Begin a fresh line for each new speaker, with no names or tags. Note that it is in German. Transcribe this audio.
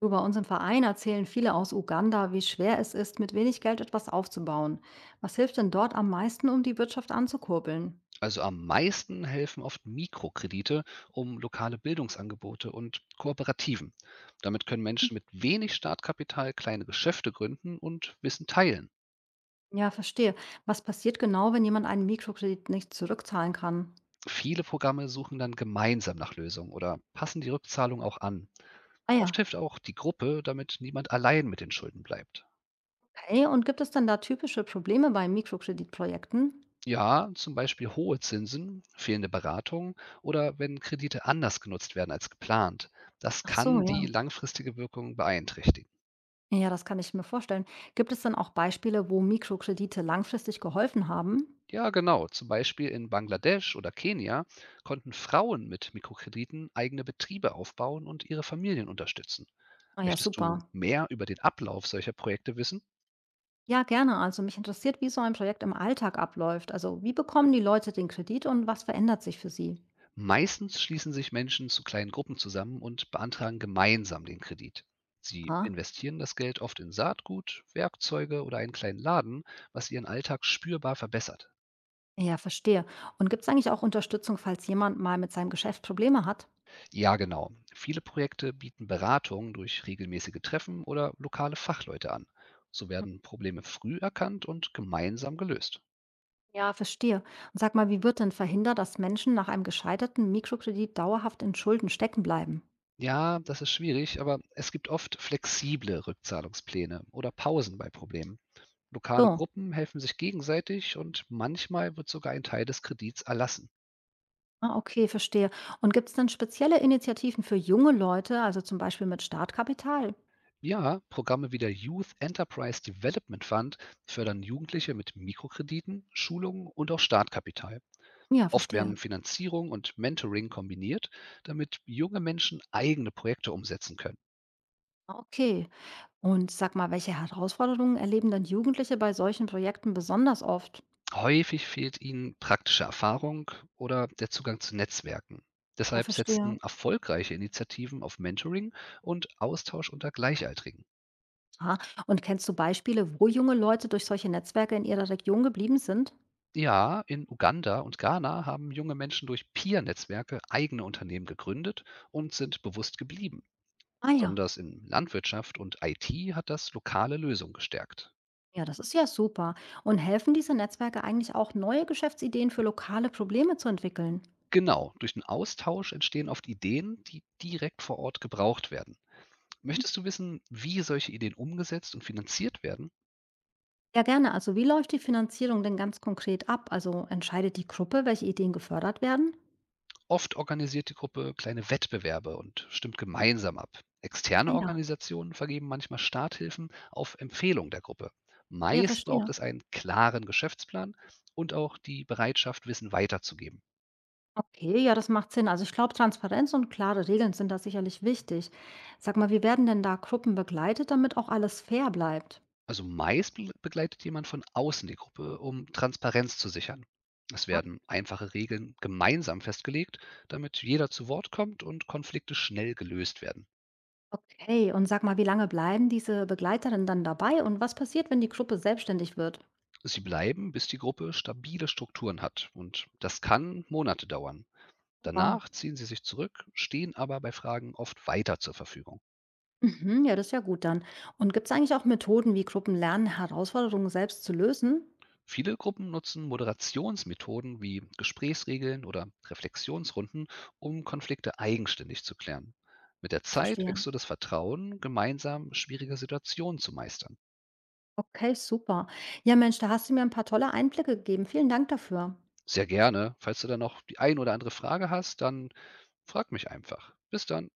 Du, bei uns im Verein erzählen viele aus Uganda, wie schwer es ist, mit wenig Geld etwas aufzubauen. Was hilft denn dort am meisten, um die Wirtschaft anzukurbeln?
Also am meisten helfen oft Mikrokredite um lokale Bildungsangebote und Kooperativen. Damit können Menschen mit wenig Startkapital kleine Geschäfte gründen und Wissen teilen.
Ja, verstehe. Was passiert genau, wenn jemand einen Mikrokredit nicht zurückzahlen kann?
Viele Programme suchen dann gemeinsam nach Lösungen oder passen die Rückzahlung auch an.
Ah
Oft
ja,
hilft auch die Gruppe, damit niemand allein mit den Schulden bleibt.
okay. Und gibt es denn da typische Probleme bei Mikrokreditprojekten?
Ja, zum Beispiel hohe Zinsen, fehlende Beratung oder wenn Kredite anders genutzt werden als geplant. Das
Ach so,
kann
ja.
die langfristige Wirkung beeinträchtigen.
Ja, das kann ich mir vorstellen. Gibt es denn auch Beispiele, wo Mikrokredite langfristig geholfen haben?
Ja, genau. Zum Beispiel in Bangladesch oder Kenia konnten Frauen mit Mikrokrediten eigene Betriebe aufbauen und ihre Familien unterstützen.
Ah ja,
Möchtest
super.
du mehr über den Ablauf solcher Projekte wissen?
Ja, gerne. Also mich interessiert, wie so ein Projekt im Alltag abläuft. Also wie bekommen die Leute den Kredit und was verändert sich für sie?
Meistens schließen sich Menschen zu kleinen Gruppen zusammen und beantragen gemeinsam den Kredit. Sie
Ah,
investieren das Geld oft in Saatgut, Werkzeuge oder einen kleinen Laden, was ihren Alltag spürbar verbessert.
ja, verstehe. Und gibt es eigentlich auch Unterstützung, falls jemand mal mit seinem Geschäft Probleme hat?
Ja, genau. Viele Projekte bieten Beratung durch regelmäßige Treffen oder lokale Fachleute an. So werden Probleme früh erkannt und gemeinsam gelöst.
Ja, verstehe. Und sag mal, wie wird denn verhindert, dass Menschen nach einem gescheiterten Mikrokredit dauerhaft in Schulden stecken bleiben?
Ja, das ist schwierig, aber es gibt oft flexible Rückzahlungspläne oder Pausen bei Problemen. Lokale
So.
Gruppen helfen sich gegenseitig und manchmal wird sogar ein Teil des Kredits erlassen.
Ah, okay, verstehe. Und gibt es denn spezielle Initiativen für junge Leute, also zum Beispiel mit Startkapital?
Ja, Programme wie der Youth Enterprise Development Fund fördern Jugendliche mit Mikrokrediten, Schulungen und auch Startkapital.
Ja,
Oft werden
verstehe.
Finanzierung und Mentoring kombiniert, damit junge Menschen eigene Projekte umsetzen können.
Ah, okay. Und sag mal, welche Herausforderungen erleben dann Jugendliche bei solchen Projekten besonders oft?
Häufig fehlt ihnen praktische Erfahrung oder der Zugang zu Netzwerken.
Ja,
Deshalb
verstehe.
setzen erfolgreiche Initiativen auf Mentoring und Austausch unter Gleichaltrigen.
Aha. Und kennst du Beispiele, wo junge Leute durch solche Netzwerke in ihrer Region geblieben sind?
Ja, in Uganda und Ghana haben junge Menschen durch Peer-Netzwerke eigene Unternehmen gegründet und sind bewusst geblieben.
Ah ja.
Besonders in Landwirtschaft und IT hat das lokale Lösungen gestärkt.
Ja, das ist ja super. Und helfen diese Netzwerke eigentlich auch, neue Geschäftsideen für lokale Probleme zu entwickeln?
Genau, durch den Austausch entstehen oft Ideen, die direkt vor Ort gebraucht werden.
Mhm.
Möchtest du wissen, wie solche Ideen umgesetzt und finanziert werden?
Ja, gerne. Also wie läuft die Finanzierung denn ganz konkret ab? Also entscheidet die Gruppe, welche Ideen gefördert werden?
Oft organisiert die Gruppe kleine Wettbewerbe und stimmt gemeinsam ab.
Ah
Externe
ja.
Organisationen vergeben manchmal Starthilfen auf Empfehlung der Gruppe.
Ja,
Meist braucht
verstehe.
es einen klaren Geschäftsplan und auch die Bereitschaft, Wissen weiterzugeben.
Okay, ja, das macht Sinn. Also ich glaube, Transparenz und klare Regeln sind da sicherlich wichtig. Sag mal, wie werden denn da Gruppen begleitet, damit auch alles fair bleibt?
Also meist begleitet jemand von außen die Gruppe, um Transparenz zu sichern. Es
Ah,
werden einfache Regeln gemeinsam festgelegt, damit jeder zu Wort kommt und Konflikte schnell gelöst werden.
okay. Und sag mal, wie lange bleiben diese Begleiterinnen dann dabei und was passiert, wenn die Gruppe selbstständig wird?
Sie bleiben, bis die Gruppe stabile Strukturen hat und das kann Monate dauern.
Wow.
Danach ziehen sie sich zurück, stehen aber bei Fragen oft weiter zur Verfügung.
Mhm, ja, das ist ja gut dann. Und gibt es eigentlich auch Methoden, wie Gruppen lernen, Herausforderungen selbst zu lösen?
Viele Gruppen nutzen Moderationsmethoden wie Gesprächsregeln oder Reflexionsrunden, um Konflikte eigenständig zu klären. Mit der Zeit
Verstehe.
wächst so das Vertrauen, gemeinsam schwierige Situationen zu meistern.
Okay, super. Ja, Mensch, da hast du mir ein paar tolle Einblicke gegeben. Vielen Dank dafür.
Sehr gerne. Falls du dann noch die ein oder andere Frage hast, dann frag mich einfach. Bis dann.